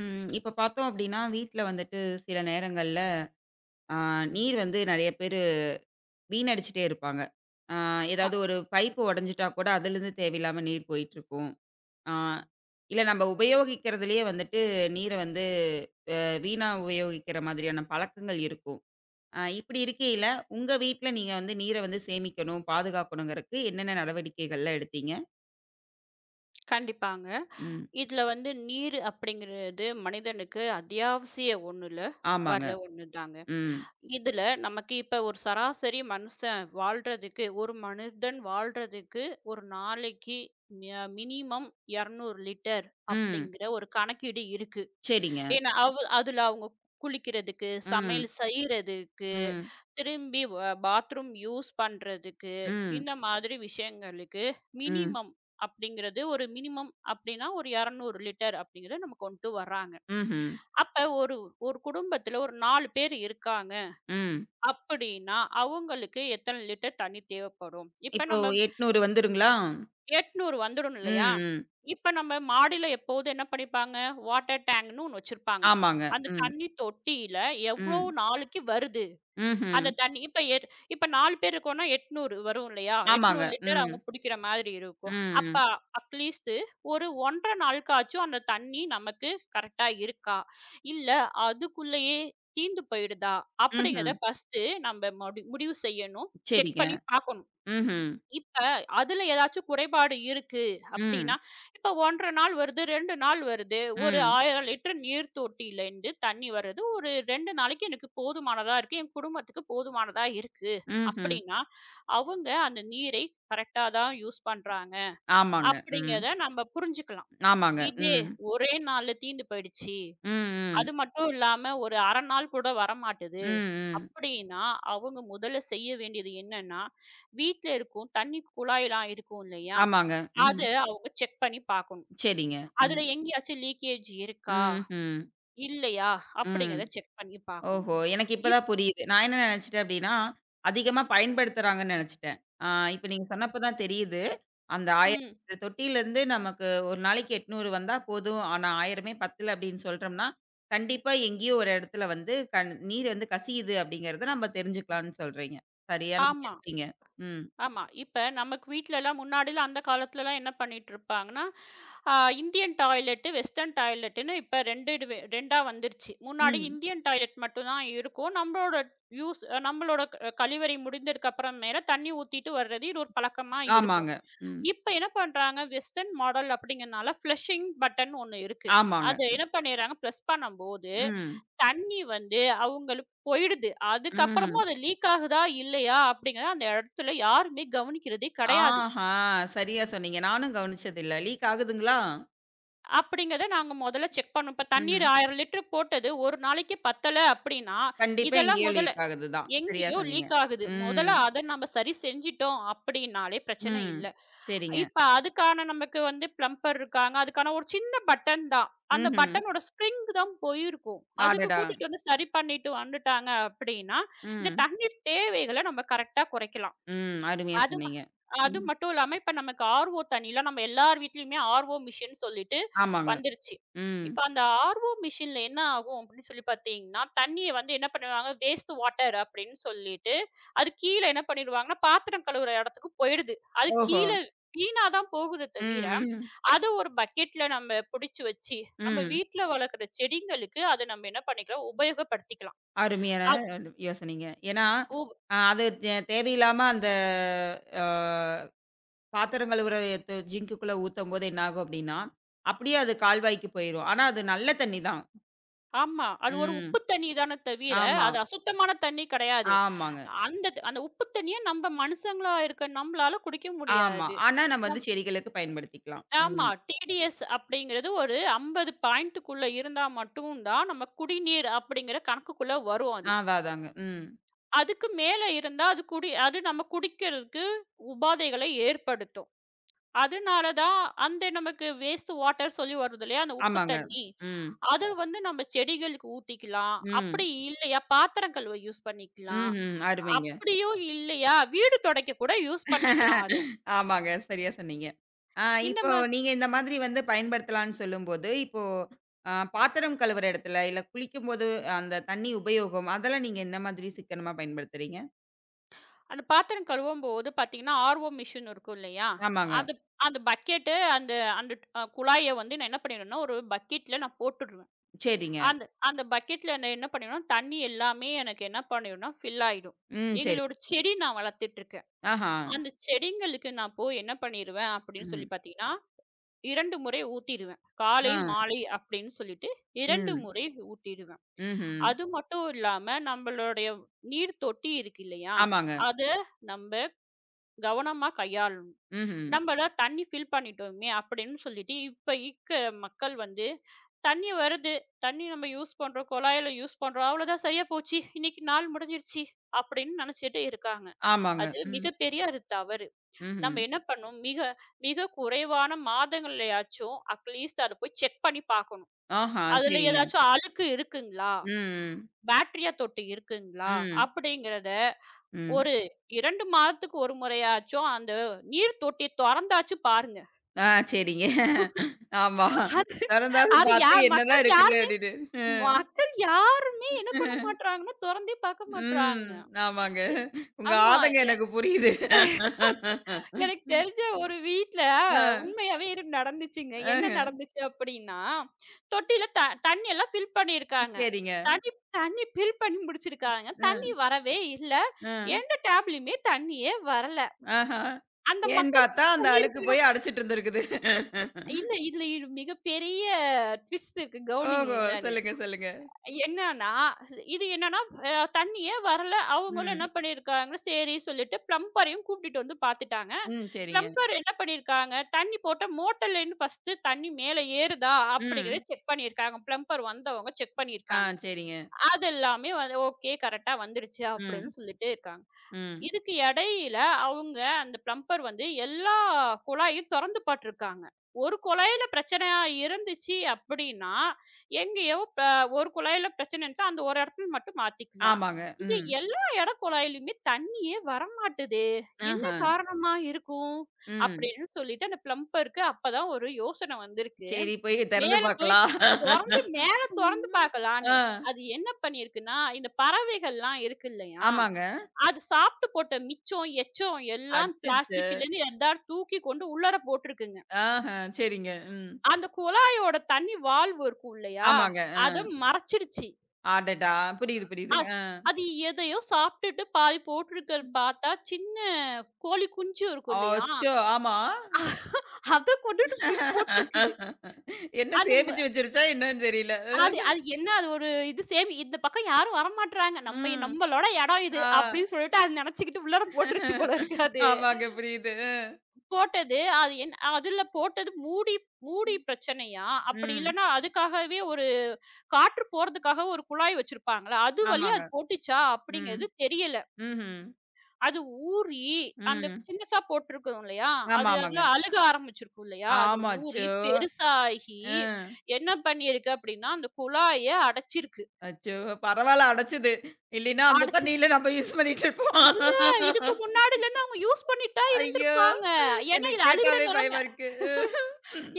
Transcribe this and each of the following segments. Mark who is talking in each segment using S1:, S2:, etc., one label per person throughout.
S1: ம். இப்ப பார்த்தோம் அப்டின்னா, வீட்ல வந்துட்டு சில நேரங்கள்ல அ நீர் வந்து நெறைய பேரு வீணடிச்சுட்டே இருப்பாங்க. அ ஏதாவது ஒரு பைப்பு உடைஞ்சுட்டா கூட அதிலிருந்து தேவையில்லாம நீர் போயிட்டுருக்கும். அ இல்ல நம்ம உபயோகிக்கிறதிலேயே வந்துட்டு நீர வந்து வீணா உபயோகிக்கிற மாதிரியான பழக்கங்கள் இருக்கும். இப்டி இருக்கையில, உங்க வீட்ல நீங்க வந்து நீர வந்து சேமிக்கணும், பாதுகாக்கணுங்கறக்கு என்னென்ன நடவடிக்கைகள்லாம் எடுத்தீங்க?
S2: கண்டிப்பாங்க.
S1: ம்.
S2: இதுல வந்து நீர் அப்படிங்கிறது மனிதனுக்கு அத்தியாவசிய ஒண்ணுல
S1: ஆமாங்க.
S2: வர்ற ஒண்ணுதாங்க.
S1: ம்.
S2: இதுல நமக்கு இப்ப ஒரு சராசரி மனுஷன் வாழ்றதுக்கு, ஒரு மனிதன் வாழ்றதுக்கு ஒரு நாளைக்கு மினிமம் 200 லிட்டர்
S1: ம்.
S2: அப்படிங்கிற ஒரு கணக்கீடு இருக்கு.
S1: சரிங்க.
S2: ஏன்னா அதுல அவங்க குளிக்கிறதுக்கு, சமையல்
S1: ம்.
S2: செய்றதுக்கு,
S1: ம்.
S2: திரும்பி வ பாத்ரூம் யூஸ் பண்றதுக்கு,
S1: ம்.
S2: இந்த மாதிரி விஷயங்களுக்கு
S1: ம்.
S2: மினிமம் அப்படிங்கிறது ஒரு மினிமம் அப்படின்னா ஒரு 200 லிட்டர் அப்படிங்கிறத நம்ம கொண்டு வர்றாங்க.
S1: ம்ஹ்ம்.
S2: அப்ப ஒரு ஒரு குடும்பத்துல ஒரு 4 பேர் இருக்காங்க
S1: ம்.
S2: அப்படின்னா, அவங்களுக்கு எத்தன லிட்டர் தண்ணி தேவைப்படும்? இப்ப
S1: இப்போ
S2: நம்ம
S1: 800 வந்துருங்களா?
S2: 800 வந்துடணும் இல்லையா?
S1: ம், ம்.
S2: இப்ப நம்ம மாடியில எப்போதும் என்ன பண்ணிப்பாங்க, வாட்டர் டேங்க்ன்னு ஒண்ணு வச்சிருப்பாங்க.
S1: ஆமாங்க.
S2: அந்த
S1: ம்,
S2: தண்ணி தொட்டியில எவ்ளோ
S1: ம்.
S2: நாளைக்கு வருது?
S1: ம்ஹ்ம்.
S2: அந்த தண்ணி இப்ப 4 பேர் இருக்கோம்னா 800 வரும் இல்லையா?
S1: ஆமாங்க.
S2: 800 லிட்டர்
S1: ம்,
S2: அவங்க புடிக்கிற மாதிரி இருக்கும். அப்ப
S1: ம்,
S2: அட்லீஸ்ட் ஒரு 1 1/2 நாளுக்காச்சும் அந்த தண்ணி நமக்கு கரெக்ட்டா இருக்கா? இல்ல அதுக்குள்ளேயே தீர்ந்து போயிடுதா?
S1: ம்ஹ்ம்.
S2: அப்படிங்கிறத ஃபர்ஸ்ட்டு நம்ம முடிவு செய்யணும். செக்
S1: சரிங்க.
S2: பண்ணி பார்க்கணும்.
S1: ம்ஹ்ம்.
S2: இப்ப அதுல ஏதாச்சும் குறைபாடு இருக்கு அப்படின்னா,
S1: ம்,
S2: இப்ப 1 1/2 நாள் வருது, 2 நாள் வருது, ஒரு
S1: ம்,
S2: 1000 லிட்டர் நீர் தொட்டியிலேருந்து தண்ணி வருது. ஒரு 2 நாளைக்கு எனக்கு போதுமானதா இருக்கு. என் குடும்பத்துக்கு போதுமானதா இருக்கு
S1: ம்ஹ்ம்.
S2: அப்படின்னா, அவங்க அந்த நீரை கரெக்ட்டா தான் யூஸ் பண்றாங்க
S1: ஆமாங்க. ம்.
S2: அப்படிங்கிறத நம்ம புரிஞ்சுக்கலாம்.
S1: ஆமாங்க.
S2: இதே
S1: ம்,
S2: ஒரே நாள்ல தீர்ந்து போயிடுச்சு.
S1: ம், ம்,
S2: அது மட்டும் இல்லாம ஒரு 1/2 நாள் கூட வரமாட்டுது.
S1: ம், ம்.
S2: அப்படின்னா, அவங்க முதல்ல செய்ய வேண்டியது என்னன்னா, வீட்ல இருக்கும் தண்ணி குழாய்லாம் இருக்கும் இல்லையா?
S1: ஆமாங்க.
S2: அத
S1: ம்.
S2: அவங்க செக் பண்ணி பார்க்கணும்.
S1: சரிங்க.
S2: அதுல
S1: ம்,
S2: எங்கேயாச்சும் லீக்கேஜ் இருக்கா?
S1: ம்ஹ்ம்.
S2: இல்லையா?
S1: ம்.
S2: அப்படிங்கிறத செக் பண்ணி பார்க்கணும்.
S1: ஓஹோ! எனக்கு இப்ப
S2: இப்
S1: தான் புரியுது. நான் என்ன நெனச்சுட்டேன் அப்டின்னா, அதிகமா பயன்படுத்துறாங்கன்னு நெனச்சுட்டேன். ஆ, இப்ப நீங்க சொன்னப்ப தான் தெரியுது. அந்த 1000
S2: ம்.
S1: தொட்டியிலருந்து நமக்கு ஒரு நாளைக்கு 800 வந்தா போதும். ஆனா 1000மே பத்தல அப்டின்னு சொல்ட்டோம்னா, கண்டிப்பா எங்கேயோ ஒரு இடத்துல வந்து நீர் வந்து கசியுது அப்டிங்கிறத நம்ம தெரிஞ்சுக்கலாம்னு சொல்றீங்க. சரியான
S2: ஆமா.
S1: கேட்டீங்க. ம்,
S2: ஆமா. இப்ப நமக்கு வீட்லலாம் முன்னாடிலாம் அந்த காலத்துலலாம் என்ன பண்ணிட்டுருப்பாங்கன்னா, அ இந்தியன் டாய்லெட்டு, வெஸ்டர்ன் டாய்லெட்டுன்னு இப்ப 2 இது வே 2ஆ வந்துருச்சு. முன்னாடி
S1: ம்.
S2: இந்தியன் டாய்லெட் மட்டும் தான் இருக்கும். யூஸ் நம்மளோட கழிவறை முடிந்ததுக்கு அப்புறம் மேல தண்ணீ ஊத்திட்டு வர்றது இது ஒரு பழக்கமா இருக்கும்.
S1: ஆமாங்க. ம்.
S2: இப்ப என்ன பண்றாங்க, வெஸ்டர்ன் மாடல் அப்படிங்கிறனால ஃப்ளஷிங் பட்டன் ஒண்ணு இருக்கு.
S1: ஆமாங்க.
S2: அது என்ன பண்ணிர்றாங்க, பிரஸ் பண்ணும்போது
S1: ம்,
S2: தண்ணி வந்து அவங்களுக்கு போயிடுது. அதுக்கப்புறமும்
S1: ம்.
S2: அது லீக் ஆகுதா? இல்லையா? அப்படிங்கிறத அந்த இடத்துல யாருமே கவனிக்கிறதே கிடையாது.
S1: ஆஹா! சரியா சொன்னீங்க. நானும் கவனிச்சதில்ல. லீக் ஆகுதுங்களா?
S2: அப்படிங்கிறத நாங்க முதல்ல செக் பண்ணோம். இப்ப தண்ணீர்
S1: ம்.
S2: 1000 லிட்டர் போட்டது ஒரு நாளைக்கு பத்தல அப்படின்னா,
S1: கண்டிப்பா
S2: இதெல்லாம்
S1: எங்கேயோ
S2: முதல்ல
S1: லீக் ஆகுது தான். சரியா
S2: எங்கேயோ
S1: சொன்னீங்க.
S2: லீக் ஆகுது. முதல்ல
S1: ம்,
S2: அத நம்ம சரி செஞ்சுட்டோம் அப்படின்னாலே பிரச்சனை
S1: ம்.
S2: இல்ல.
S1: சரிங்க.
S2: இப்ப அதுக்கான நமக்கு வந்து பிளம்பர் இருக்காங்க. அதுக்கான ஒரு சின்ன பட்டன் தான். அந்த
S1: ம்ஹ்ம்.
S2: பட்டனோட ஸ்ப்ரிங் தான் போயிருக்கும். அதுக்கு
S1: அடடா!
S2: கூட்டிட்டு வந்து சரி பண்ணிட்டு வந்துட்டாங்க அப்படின்னா, இந்த
S1: ம்,
S2: தண்ணீர் தேவைகள நம்ம கரெக்ட்டா குறைக்கலாம்.
S1: ம். அருமையா
S2: அது
S1: சொன்னீங்க.
S2: அது
S1: ம்.
S2: மட்டும் இல்லாம, இப்ப நமக்கு ஆர்ஓ தண்ணிலாம் நம்ம எல்லார் வீட்லயுமே ஆர்ஓ மிஷின் சொல்லிட்டு
S1: ஆமாங்க.
S2: வந்துருச்சு.
S1: ம்.
S2: இப்ப அந்த ஆர்ஓ மிஷின்ல என்ன ஆகும் அப்படின்னு சொல்லி பார்த்தீங்கன்னா, தண்ணிய வந்து என்ன பண்ணுவாங்க, வேஸ்ட் வாட்டர் அப்படின்னு சொல்லிட்டு, அது கீழ என்ன பண்ணிடுவாங்கன்னா, பாத்திரம் கழுவுற இடத்துக்கு போயிடுது. அது
S1: ஓஹோ!
S2: கீழ வீணா தான் போகுதே தவிர,
S1: ம், ம்,
S2: அத ஒரு பக்கெட்ல நம்ம புடிச்சு வச்சு, நம்ம
S1: ம்.
S2: வீட்ல வளர்க்குற செடிங்களுக்கு அத நம்ம என்ன பண்ணிக்கலாம், உபயோகப்படுத்திக்கலாம்.
S1: அருமையான
S2: அது
S1: யோசனைங்க. ஏன்னா,
S2: உ
S1: அது தேவையில்லாம அந்த அ பாத்திரம் கழுவுற ஜிங்குக்குள்ள ஊத்தும்போது என்ன ஆகும் அப்டின்னா, அப்படியே அது கால்வாய்க்கு போயிரும். ஆனா அது நல்ல தண்ணி தான்.
S2: ஆமா. அது ஒரு
S1: ம்.
S2: உப்பு தண்ணி தானே தவிர,
S1: ஆமா.
S2: அது அசுத்தமான தண்ணி கிடையாது.
S1: ஆமாங்க.
S2: அந்த உப்பு தண்ணிய நம்ம மனுஷங்களா இருக்க நம்மளால குடிக்க
S1: ஆமா.
S2: முடியாது.
S1: ஆனா நம்ம வந்து
S2: நம்
S1: செடிகளுக்கு பயன்படுத்திக்கலாம்.
S2: ஆமா.
S1: ம்.
S2: டிடிஎஸ் அப்படிங்கிறது ஒரு 50 பாயிண்ட்டுக்குள்ள இருந்தா மட்டும் தான் நம்ம குடிநீர் அப்படிங்கிற கணக்குக்குள்ள வரும் அது.
S1: அதான் அதாங்க. ம்.
S2: அதுக்கு மேல இருந்தா அது நம்ம குடிக்கிறதுக்கு உபாதைகளை ஏற்படுத்தும். அதனால தான் அந்த நமக்கு வேஸ்ட் வாட்டர் சொல்லி வருது இல்லையா? அந்த உப்பு
S1: ஆமாங்க.
S2: தண்ணி.
S1: ம்.
S2: அத வந்து நம்ம செடிகளுக்கு ஊத்திக்கலாம்.
S1: ம்.
S2: அப்படி இல்லையா பாத்திரம் கழுவ யூஸ் பண்ணிக்கலாம்.
S1: ம்ஹ்ம். அருமைங்க.
S2: அப்படியும் இல்லையா, வீடு துடைக்க கூட யூஸ் பண்ணிக்கலாம் அத.
S1: ஆமாங்க. சரியா சொன்னீங்க. ஆ,
S2: இந்த
S1: இப்போ
S2: மா
S1: நீங்க இந்த மாதிரி வந்து பயன்படுத்தலான்னு சொல்லும்போது, இப்போ பாத்திரம் கழுவுற இடத்துல, இல்ல குளிக்கும்போது அந்த தண்ணி உபயோகம், அதெல்லாம் நீங்க என்ன மாதிரி சிக்கனமா பயன்படுத்துறீங்க?
S2: அந்த பாத்திரம் கழுவும்போது பார்த்தீங்கன்னா, ஆர்ஓ மிஷின் இருக்கும் இல்லையா?
S1: ஆமாங்க.
S2: அது அந்த பக்கெட்டு அந்த அந்த அ குழாய வந்து நான் என்ன பண்ணிடுவேன்னா, ஒரு பக்கெட்ல நான் போட்டுருவேன்.
S1: சரிங்க.
S2: அந்த அந்த பக்கெட்ல நான் என்ன பண்ணிடுவேன்னா, தண்ணி எல்லாமே எனக்கு என்ன பண்ணிடும்னா, ஃபில் ஆயிடும்.
S1: ம். சரி.
S2: எங்களோட செடி நான் வளர்த்துட்டுருக்கேன்.
S1: ஆஹா.
S2: அந்த செடிங்களுக்கு நான் போய் என்ன பண்ணிருவேன் அப்படின்னு சொல்லி
S1: ம்.
S2: பார்த்தீங்கன்னா, 2 முறை ஊத்திருவேன். காலை,
S1: ஆ.
S2: மாலை அப்படின்னு சொல்லிட்டு 2
S1: ம்.
S2: முறை ஊத்திருவேன்.
S1: ம்ஹ்ம்.
S2: அது மட்டும் இல்லாம நம்மளுடைய நீர் தொட்டி இருக்கு இல்லையா?
S1: ஆமாங்க.
S2: அத நம்ப கவனமா கையாளணும்.
S1: ம்ஹ்ம்.
S2: நம்பள தண்ணி ஃபில் பண்ணிட்டோமே அப்படின்னு சொல்லிட்டு, இப்ப இருக்கிற மக்கள் வந்து, தண்ணி வருது. தண்ணி நம்ம யூஸ் பண்றோம். குழாயில யூஸ் பண்றோம். அவ்வளோதான் சரியா போச்சு. இன்னைக்கு நாள் முடிஞ்சிருச்சு. அப்படின்னு நெனச்சுட்டு இருக்காங்க.
S1: ஆமாங்க.
S2: அது
S1: ம்.
S2: மிகப்பெரிய ஒரு தவறு.
S1: ம்ஹ்ம்.
S2: நம்ம என்ன பண்ணணும்? மிக மிக குறைவான மாதங்கள்லயாச்சும் அட்லீஸ்ட் அத போய் செக் பண்ணி பார்க்கணும்.
S1: ஆஹா.
S2: அதுல
S1: சரிங்க.
S2: ஏதாச்சும் அழுக்கு இருக்குங்களா?
S1: ம்,
S2: பேட்டரிய தொட்டி இருக்குங்களா?
S1: ம்,
S2: அப்படிங்கிறத
S1: ம்.
S2: ஒரு 2 மாதத்துக்கு ஒரு முறையாச்சும் அந்த நீர் தொட்டிய தொறந்தாச்சு பாருங்க.
S1: ஆ, சரிங்க. ஆமா.
S2: அது
S1: தொறந்தாது
S2: அது
S1: பார்த்து
S2: யார்
S1: என்னதான்
S2: மக்கள்
S1: இருக்குது
S2: யாருமே
S1: அப்படின்னு. அ,
S2: மக்கள் யாருமே என்ன பண்ண
S1: அ,
S2: மாட்றாங்கன்னா, தொறந்தே பார்க்க
S1: ம்.
S2: மாட்றாங்க.
S1: ஆமாங்க.
S2: எ
S1: உங்க
S2: ஆமா.
S1: ஆதங்கம் எனக்கு புரியுது.
S2: எனக்கு தெரிஞ்ச ஒரு வீட்ல
S1: அ,
S2: உண்மையாவே இது நடந்துச்சுங்க. என்ன
S1: ஆஹ.
S2: நடந்துச்சு அப்டின்னா, தொட்டியில தண்ணி எல்லாம் ஃபில் பண்ணியிருக்காங்க.
S1: சரிங்க.
S2: தண்ணி தண்ணி ஃபில் பண்ணி முடிச்சிருக்காங்க. தண்ணி
S1: அ,
S2: வரவே இல்ல.
S1: அ,
S2: 2 டேப்லயுமே தண்ணியே வரல.
S1: ஆஹா.
S2: அந்த
S1: ஏன்னு
S2: மக்கள்
S1: பார்த்தா
S2: என்ன
S1: அந்த அழுக்கு போய்
S2: பண்ணியிருக்கிறாங்க
S1: அடைச்சிட்டு இருந்திருக்குது.
S2: இல்ல இதுல இது மிகப்பெரிய ட்விஸ்ட் இருக்கு. கவனிங்க
S1: ஓஹோ!
S2: என்னன்னு.
S1: சொல்லுங்க, சொல்லுங்க.
S2: என்னன்னா, இது என்னன்னா அ தண்ணியே வரல. அவங்களும் என்ன
S1: ம்,
S2: பண்ணியிருக்காங்க, சரி சொல்லிட்டு பிளம்பரையும் கூட்டிட்டு வந்து பார்த்துட்டாங்க.
S1: ம். சரிங்க.
S2: பிளம்பர் என்ன பண்ணியிருக்காங்க, தண்ணி போட்ட மோட்டர்லேருந்து ஃபர்ஸ்ட்டு தண்ணி மேல ஏறுதா
S1: ம்.
S2: அப்படிங்கிறத செக் பண்ணியிருக்காங்க. பிளம்பர் வந்தவங்க செக்
S1: ஆ,
S2: பண்ணியிருக்காங்க.
S1: சரிங்க.
S2: அது எல்லாமே வந்து ஓகே கரெக்ட்டா வந்துருச்சு அப்படின்னு
S1: ம்,
S2: சொல்லிட்டே இருக்காங்க.
S1: ம்.
S2: இதுக்கு இடையில அவங்க அந்த பிளம்பர் வந்து எல்லா குழாயும் தொறந்து போட்டுருக்காங்க. ஒரு குழாயில பிரச்சனையா இருந்துச்சு அப்படின்னா, எங்கேயோ ப ஒரு குழாயில பிரச்சனை இருந்துச்சுனா, அந்த ஒரு இடத்துல மட்டும் மாத்திக்கலாம்.
S1: ஆமாங்க.
S2: இது
S1: ம்.
S2: எல்லா இட குழாயிலயுமே தண்ணியே வரமாட்டுதே! என்ன
S1: ஆஹ.
S2: காரணமா இருக்கும்?
S1: ம்.
S2: அப்படின்னு சொல்லிட்டு அந்த பிளம்பருக்கு அப்பதான் ஒரு யோசனை வந்திருக்கு.
S1: சரி, போய் திறந்து
S2: மேல போய்
S1: பார்க்கலாம்.
S2: மேல தொறந்து
S1: ம். ஆ,
S2: பார்க்கலான்னு. அது என்ன பண்ணியிருக்குன்னா, இந்த பறவைகள்லாம் இருக்கு இல்லையா?
S1: ஆமாங்க.
S2: அது சாப்பிட்டு போட்ட மிச்சம், எச்சம் எல்லாம்
S1: அச்சச்சோ!
S2: பிளாஸ்டிக்லருந்து எல்லாரும் தூக்கி கொண்டு உள்ளார போட்டிருக்குங்க.
S1: ஆஹ, சரிங்க. ம்.
S2: அந்த குழாயோட தண்ணி வால்வு இருக்கும் இல்லையா?
S1: ஆமாங்க.
S2: அத மறைச்சிடுச்சு.
S1: அடடா! புரியுது, புரியுதுங்க.
S2: அது
S1: ஆ.
S2: அது எதையோ சாப்பிட்டுட்டு பாதி போட்டிருக்கறது பார்த்தா, சின்ன கோழி குஞ்சு இருக்கும் இல்லையா?
S1: அச்சோ! ஆமா.
S2: அத கொண்டுட்டு போய் போட்டிருக்கு.
S1: என்ன
S2: அந்த ம
S1: சேமிச்சு வச்சிருச்சா என்னன்னு தெரியல.
S2: அது அது என்ன அது ஒரு இது சேமி இந்த பக்கம் யாரும் வரமாட்றாங்க.
S1: ம்.
S2: நம்மளோட இடம் இது
S1: ஆ.
S2: அப்படின்னு சொல்லிட்டு அது நினைச்சுக்கிட்டு உள்ளார போட்டுருச்சு போல இருக்கு அது.
S1: ஆமாங்க, புரியுது.
S2: போட்டது அது என் அதுல போட்டது மூடி மூடி பிரச்சனையா? அப்படி
S1: ம்.
S2: இல்லன்னா அதுக்காகவே ஒரு காற்று போறதுக்காக ஒரு குழாய் வச்சிருப்பாங்கல்ல, அது வழியா
S1: ஆமாங்க.
S2: அது போட்டுச்சா?
S1: ம்.
S2: அப்படிங்கிறது தெரியல.
S1: ம்ஹ்ம்.
S2: அது ஊறி அந்த
S1: ம்.
S2: சின்னசா போட்டிருக்கோம் இல்லையா?
S1: ஆமா,
S2: அது
S1: ஆமாங்க.
S2: அதுல அழுக ஆரம்பிச்சிருக்கும் இல்லையா? அது
S1: ஆமா. அச்சோ!
S2: ஊறி பெருசாகி
S1: அ.
S2: என்ன பண்ணியிருக்கு அப்படின்னா, அந்த குழாய அடைச்சிருக்கு.
S1: அச்சோ! பரவால்ல அடைச்சது. இல்லைன்னா, அந்த
S2: அடைச்சு
S1: தண்ணீல நம்ம யூஸ் பண்ணிட்டு இருப்போம்.
S2: இல்ல இதுக்கு முன்னாடிலருந்து அவங்க யூஸ் பண்ணிட்டு தான்
S1: ஐயோ!
S2: இருந்திருப்பாங்க. ஏன்னா
S1: எனக்கு
S2: இது அழுகுற
S1: கேட்டாவே பயமா
S2: நிலைமை
S1: இருக்கு.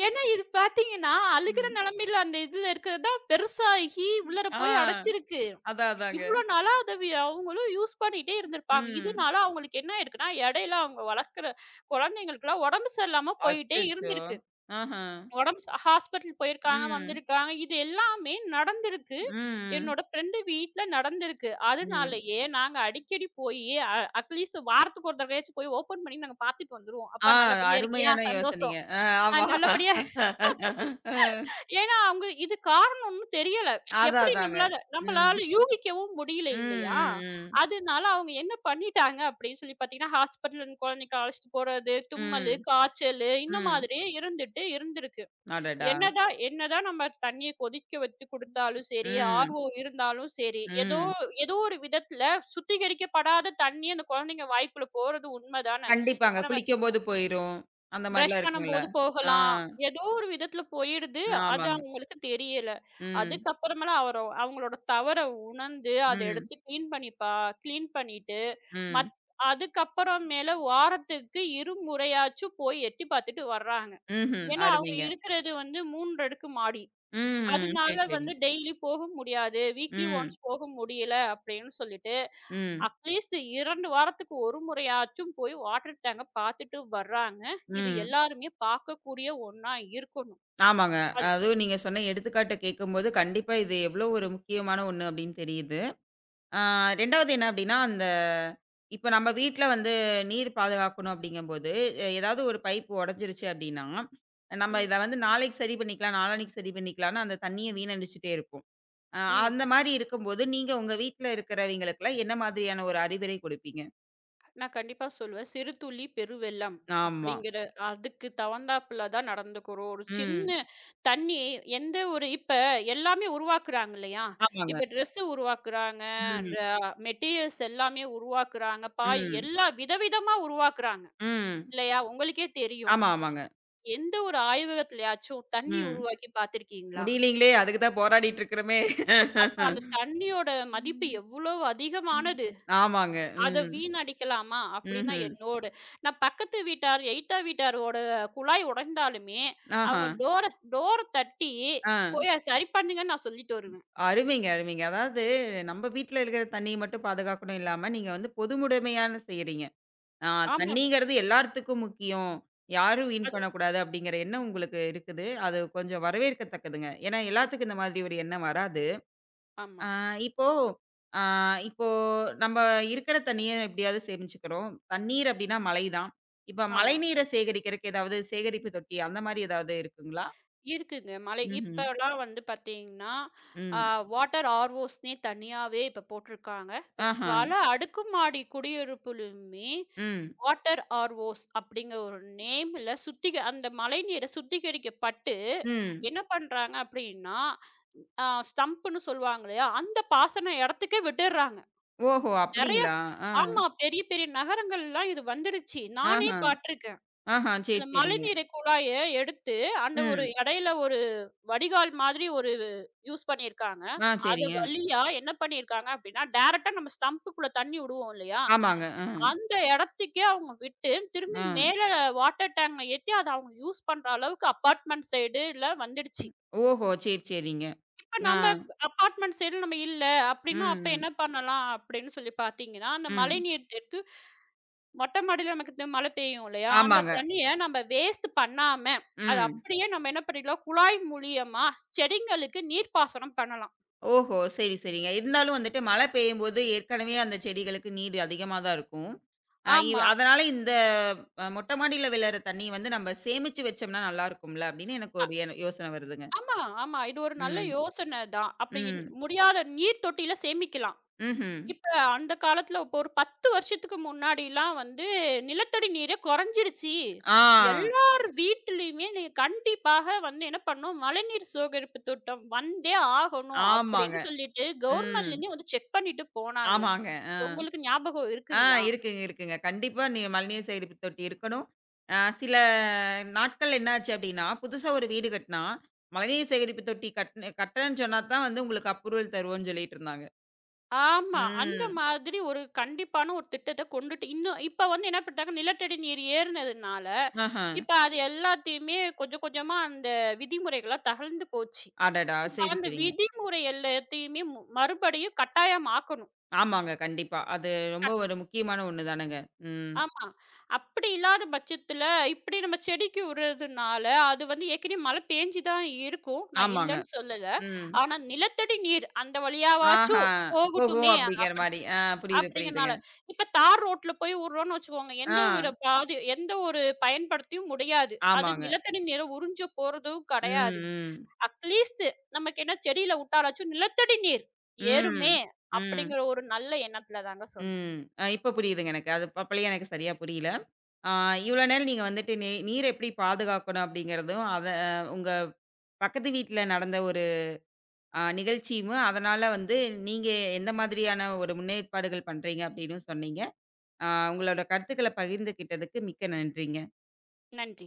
S2: ஏன்னா, இது பார்த்தீங்கன்னா, அழுகுற
S1: ம்.
S2: நிலைமையில அந்த இதுல இருக்கிறது தான் பெருசாகி உள்ளார போய்
S1: ஆ.
S2: அடைச்சிருக்கு.
S1: அதான், அதாங்க.
S2: இவ்ளோ நாளா அத அவங்களும் யூஸ் பண்ணிட்டே இருந்திருப்பாங்க.
S1: ம்.
S2: இதனால அவங்களுக்கு என்ன ஆயிருக்குன்னா, இடையில அவங்க வளர்க்குற குழந்தைங்களுக்கெல்லாம் உடம்பு சரியில்லாம போயிட்டே
S1: அச்சச்சோ!
S2: இருந்திருக்கு.
S1: ஆஹா.
S2: உடம்பு ச ஹாஸ்பிட்டல் போயிருக்காங்க,
S1: ம்.
S2: வந்திருக்காங்க. இது எல்லாமே நடந்திருக்கு.
S1: ம்.
S2: என்னோட ஃப்ரெண்டு வீட்ல நடந்திருக்கு.
S1: ம்.
S2: அதனாலயே நாங்க அடிக்கடி போயி அ அட்லீஸ்ட் வாரத்துக்கு ஒரு தடவையாச்சும் போய் ஓப்பன் பண்ணி நாங்க பார்த்துட்டு வந்துருவோம்.
S1: ஆ,
S2: "அப்பா நல்லபடியா இருக்கியா?
S1: அருமையான
S2: சந்தோஷம்.
S1: யோசனைங்க. ஆமா.
S2: நல்லபடியா
S1: அ
S2: ஏன்னா, அவங்க இது காரணம்னு தெரியல.
S1: அதான்,
S2: எப்படி
S1: அதாங்க.
S2: நம்மளால
S1: ம்.
S2: நம்மளால யூகிக்கவும் முடியல
S1: ம்,
S2: இல்லையா?
S1: ம், ம்.
S2: அதனால அவங்க என்ன பண்ணிட்டாங்க அப்படின்னு சொல்லி பார்த்தீங்கன்னா, ஹாஸ்பிட்டல் குழந்தைக்கு அழைச்சிட்டு போறது,
S1: ம்.
S2: தும்மலு, காய்ச்சலு இந்த
S1: ம்.
S2: மாதிரியே இருந்துட்டு இருந்திருக்கு.
S1: அடடா!
S2: என்னதான் என்னதான் நம்ம தண்ணீய கொதிக்க வச்சு குடுத்தாலும் சரி,
S1: ம்.
S2: ஆர்வோ இருந்தாலும் சரி, ஏதோ
S1: ம்.
S2: ஏதோ ஒரு விதத்துல சுத்திகரிக்கப்படாத தண்ணி அந்த குழந்தைங்க வாய்க்குள்ள போறது உண்ம தான. இப்ப
S1: கண்டிப்பாங்க.
S2: நம்ம
S1: குளிக்கும்போது போயிரும். அந்த மாரிலாம்
S2: பிரஷ்
S1: இருக்குங்களா?
S2: பண்ணும்போது
S1: ஆ,
S2: போகலாம். ஏதோ ஒரு விதத்துல போயிடுது. அது
S1: ஆமாங்க.
S2: அவங்களுக்கு தெரியல.
S1: ம்,
S2: அதுக்கப்புறமேல அவரோ அவங்களோட தவற உணர்ந்து, அத
S1: ம்,
S2: எடுத்து கிளீன் பண்ணிட்டு,
S1: ம்,
S2: மத் அதுக்கப்புறமேல வாரத்துக்கு இருமுறையாச்சும் போய் எட்டி பார்த்துட்டு வர்றாங்க.
S1: ம்ஹ்ம்.
S2: ஏன்னா, அவங்க
S1: அருமைங்க.
S2: இருக்கிறது வந்து 3 அடுக்கு மாடி.
S1: ம். சரி,
S2: அதனால
S1: சரி.
S2: வந்து டெய்லி போக முடியாது. வீக்லி
S1: ம்,
S2: ஒன்ஸ் போக முடியல அப்படின்னு சொல்லிட்டு,
S1: ம்,
S2: அட்லீஸ்ட் 2 வாரத்துக்கு ஒரு முறையாச்சும் போய் வாட்டர் டேங்க பார்த்துட்டு வர்றாங்க. இது
S1: ம்.
S2: எல்லாருமே பார்க்கக்கூடிய ஒண்ணா இருக்கணும்.
S1: ஆமாங்க.
S2: அது
S1: அதுவும் நீங்க சொன்ன எடுத்துக்காட்ட கேட்கும்போது, கண்டிப்பா இது எவ்ளோ ஒரு முக்கியமான ஒண்ணு அப்படின்னு தெரியுது. ஆ, 2வது என்ன அப்படின்னா, அந்த இப்ப நம்ம வீட்ல வந்து நீர் பாதுகாக்கணும் அப்படிங்கும்போது, ஏதாவது ஒரு பைப் உடைஞ்சிருச்சு அப்படின்னா, நம்ம
S2: ம்,
S1: இத வந்து நாளைக்கு சரி பண்ணிக்கலாம், நாளான்னைக்கு சரி பண்ணிக்கலாம்ன்னு அந்த தண்ணீய வீணடிச்சுட்டே இருப்போம்.
S2: ம்.
S1: அந்த மாரி இருக்கும்போது, நீங்க உங்க வீட்ல இருக்கிறவைங்களுக்கெல்லாம் என்ன மாதிரியான ஒரு அறிவுரை குடுப்பீங்க?
S2: நான் கண்டிப்பா சொல்லுவேன். "சிறுதுளி பெருவெள்ளம்"
S1: ஆமா.
S2: அப்படிங்கிற அதுக்கு தகுந்தாப்புல தான் நடந்துக்கிறோம். ஒரு
S1: ம்.
S2: சின்ன தண்ணி எந்த ஒரு இப்ப எல்லாமே உருவாக்குறாங்க இல்லையா?
S1: ஆமாங்க.
S2: இப்ப ட்ரெஸ் உருவாக்குறாங்க,
S1: ம்.
S2: ர மெட்டீரியல்ஸ் எல்லாமே உருவாக்குறாங்க, பாய்
S1: ம்.
S2: எல்லா விதவிதமா உருவாக்குறாங்க
S1: ம்.
S2: இல்லையா? உங்களுக்கே தெரியும்.
S1: ஆமா, ஆமாங்க.
S2: எந்த ஒரு ஆய்வகத்திலயாச்சும் தண்ணி
S1: ம்.
S2: உருவாக்கி பார்த்திருக்கீங்களா?
S1: முடியலீங்களே! அதுக்கு தான் போராடிட்டு இருக்கிறோமே!
S2: அப்ப அந்த தண்ணியோட மதிப்பு
S1: ம்.
S2: எவ்வளவு
S1: ம்.
S2: அதிகமானது.
S1: ஆமாங்க.
S2: அத
S1: ம்.
S2: வீணடிக்கலாமா? அப்டின்னா
S1: ம்ஹ்ம்.
S2: நான் பக்கத்து வீட்டார், எய்த்தா வீட்டாரோட குழாய் உடைந்தாலுமே,
S1: ஆஹா.
S2: அவங்க டோர டோர தட்டி,
S1: ஆ.
S2: போய் அத சரி பண்ணுங்கன்னு நான் சொல்லிட்டு வருவேன்.
S1: அருமைங்க, அருமைங்க. அதாவது நம்ம வீட்ல இருக்கிற தண்ணிய மட்டும் பாதுகாக்கணும் இல்லாம, நீங்க வந்து பொதுமுடைமையான செய்றீங்க. ஆ,
S2: ஆமா.
S1: தண்ணீங்கிறது எல்லாத்துக்கும் முக்கியம். யாரும் வீண்
S2: அது
S1: பண்ணக்கூடாது அப்படிங்கிற எண்ணம் உங்களுக்கு இருக்குது. அது கொஞ்சம் வரவேற்கத்தக்கதுங்க. ஏன்னா எல்லாத்துக்கும் இந்த மாதிரி ஒரு எண்ணம் வராது.
S2: ஆமா,
S1: ஆ இப்போ ஆ இப்போ நம்ம இருக்கிற தண்ணிய எப்படியாவது சேமிச்சுக்கிறோம். தண்ணீர் அப்படின்னா மழை தான். இப்ப
S2: ஆமா.
S1: மழைநீர சேகரிக்கிறக்கு ஏதாவது சேகரிப்பு தொட்டி அந்த மாரி ஏதாவது இருக்குங்களா?
S2: இருக்குங்க. மழை
S1: ம்ஹ்ம்.
S2: இப்பலாம் வந்து பார்த்தீங்கன்னா, அ
S1: ம்.
S2: வாட்டர் ஆர்ஓஸ்ன்னே தனியாவே இப்ப போட்டுருக்காங்க. இப்ப
S1: ஆஹா.
S2: பல அடுக்குமாடி குடியிருப்புலயுமே
S1: ம்.
S2: வாட்டர் ஆர்ஓஸ் அப்படிங்கிற ஒரு நேம்ல சுத்திக அந்த மழைநீரை சுத்திகரிக்கப்பட்டு
S1: ம்.
S2: என்ன பண்றாங்க அப்படின்னா, ஸ்டம்ப்ன்னு சொல்லுவாங்க இல்லையா? அந்த பாசன இடத்துக்கே விட்டுர்றாங்க.
S1: ஓஹோ!
S2: நெறைய
S1: அப்படிங்களா? ஆ.
S2: ஆமா. பெரிய பெரிய நகரங்கள்லாம் இது வந்துருச்சு. நானே
S1: ஆஹா.
S2: பார்த்துருக்கேன்.
S1: ஆஹா.
S2: அந்த
S1: சரி, சரிங்க.
S2: மழைநீரை குழாய எடுத்து அந்த ஒரு
S1: ம்.
S2: இடையில ஒரு வடிகால் மாதிரி ஒரு யூஸ் பண்ணியிருக்காங்க.
S1: ஆ,
S2: அது
S1: சரிங்க.
S2: வழியா என்ன பண்ணியிருக்காங்க அப்டின்னா, டைரக்ட்டா நம்ம ஸ்டம்புக்குள்ள தண்ணி விடுவோம் இல்லையா?
S1: ஆமாங்க. அ.
S2: அந்த இடத்துக்கே அவங்க விட்டு, திரும்பி
S1: ஆ.
S2: மேல வாட்டர் டேங்க்ல ஏத்தி அத அவங்க யூஸ் பண்ற அளவுக்கு அபார்ட்மெண்ட் சைடுல வந்துடுச்சு.
S1: ஓஹோ! சரி, சரிங்க.
S2: இப்ப
S1: ஆ.
S2: நம்ம அபார்ட்மெண்ட் சைடுல நம்ம இல்ல அப்டின்னா, அப்ப
S1: ம்,
S2: என்ன பண்ணலாம் அப்டின்னு சொல்லி பார்த்தீங்கன்னா, அந்த
S1: ம்.
S2: மழைநீர் தெற்கு மொட்டை மாடியில நமக்கு இந்த மழை பெய்யும் இல்லையா? அந்த
S1: ஆமாங்க.
S2: தண்ணிய நம்ம வேஸ்ட் பண்ணாம, அத
S1: ம்.
S2: அப்படியே நம்ம என்ன பண்ணிடலாம், குழாய் மூலியமா செடிங்களுக்கு நீர்ப்பாசனம் பண்ணலாம்.
S1: ஓஹோ! சரி, சரிங்க. இருந்தாலும் வந்துட்டு மழை பெய்யும்போது ஏற்கனவே அந்த செடிகளுக்கு நீர் அதிகமா தான் இருக்கும். அ இவ்
S2: ஆமா.
S1: அதனால இந்த மொட்டை மாடியில விழுற தண்ணிய வந்து நம்ம சேமிச்சு வச்சோம்னா நல்லா இருக்கும்ல அப்படின்னு எனக்கு ஒரு என் யோசனை வருதுங்க.
S2: ஆமா, ஆமா. இது ஒரு நல்ல
S1: ம்,
S2: யோசனை தான். அப்படி இன்-
S1: ம்,
S2: முடியாத நீர் தொட்டியில சேமிக்கலாம்.
S1: ம்ஹ்ம்.
S2: இப்ப அந்த காலத்துல இப்போ ஒரு 10 வருஷத்துக்கு முன்னாடிலாம் வந்து நிலத்தடி நீரே குறைஞ்சிருச்சு.
S1: ஆ,
S2: எல்லார் வீட்டிலயுமே நீ கண்டிப்பாக வந்து என்ன பண்ணணும், மழைநீர் சேகரிப்பு திட்டம் வந்தே ஆகணும்
S1: ஆமாங்க.
S2: அப்படின்னு சொல்லிட்டு
S1: ம்.
S2: கவர்மெண்ட்லேருந்து வந்து செக் பண்ணிட்டு போனாங்க.
S1: ஆமாங்க. ஆ.
S2: உங்களுக்கு ஞாபகம்
S1: ஆ,
S2: இருக்குங்களா?
S1: இருக்குங்க, இருக்குங்க. கண்டிப்பா நீ மழைநீர் சேகரிப்பு தொட்டி இருக்கணும். சில நாட்கள் என்னாச்சு அப்டின்னா, புதுசா ஒரு வீடு கட்னா, மழைநீர் சேகரிப்பு தொட்டி கட்டுறேன்னு சொன்னா தான் வந்து உங்களுக்கு அப்ரூவல் தருவோம்னு சொல்லிட்டுருந்தாங்க.
S2: ஆமா. அந்த
S1: ம்.
S2: மாதிரி ஒரு கண்டிப்பான ஒரு திட்டத்த கொண்டுட்டு இன்னும் இப்ப வந்து என்ன பண்ணிட்டாங்க, நிலத்தடி நீர் ஏறுனதுனால,
S1: ஆஹ.
S2: இப்ப அது எல்லாத்தையுமே கொஞ்சம் கொஞ்சமா அந்த விதிமுறைகள்லாம் தகர்ந்து போச்சு.
S1: அடடா!
S2: இப்ப
S1: சரி,
S2: அந்த
S1: சரிங்க.
S2: விதிமுறை எல்லாத்தையுமே மறுபடியும் கட்டாயமாக்கணும்.
S1: ஆமாங்க, கண்டிப்பா. அது ரொம்ப
S2: கட்
S1: ஒரு முக்கியமான ஒண்ணு தானங்க. ம்.
S2: ஆமா. அப்படி இல்லாத பட்சத்துல, இப்படி நம்ம செடிக்கு விடுறதுனால, அது வந்து ஏற்கனவே மழை பேஞ்சு தான் இருக்கும். நான்
S1: ஆமாங்க.
S2: இல்லன்னு சொல்லல.
S1: ம்.
S2: ஆனா நிலத்தடி நீர் அந்த
S1: ஆஹா.
S2: வழியாவாச்சும்
S1: போகும்
S2: போகட்டுமே!
S1: அப்டிங்கிற
S2: அப்படி
S1: மாரி. ஆ, புரியுது, புரியுதுங்க.
S2: அப்படிங்கிறனால. இப்ப தார் ரோட்ல போய் விடுறோம்னு வச்சுக்கோங்க,
S1: ஆ.
S2: எந்த வித பாதி எந்த ஒரு பயன்படுத்தியும் முடியாது. அது
S1: ஆமாங்க.
S2: நிலத்தடி நீர உறிஞ்சு போறதும்
S1: ம்.
S2: கிடையாது.
S1: ம்.
S2: அட்லீஸ்ட் நமக்கு என்ன செடியில விட்டாலாச்சும் நிலத்தடி நீர்
S1: ம்.
S2: ஏறுமே!
S1: ம்.
S2: அப்படிங்கிற ஒரு நல்ல எண்ணத்துல தாங்க சொன்னேன்.
S1: ம். இப்ப புரியுதுங்க எனக்கு. அது அப்பலயே எனக்கு சரியா புரியல. ஆ, இவ்வளோ நேரம் நீங்க வந்துட்டு நீர் எப்படி பாதுகாக்கணும் அப்படிங்கிறதும், அத உங்க பக்கத்து வீட்ல நடந்த ஒரு நிகழ்ச்சியும், அதனால வந்து நீங்க எந்த மாதிரியான ஒரு முன்னேற்பாடுகள் பண்றீங்க அப்படின்னு சொன்னீங்க. ஆ, உங்களோட கருத்துக்கள பகிர்ந்துகிட்டதுக்கு மிக்க நன்றிங்க.
S2: நன்றி.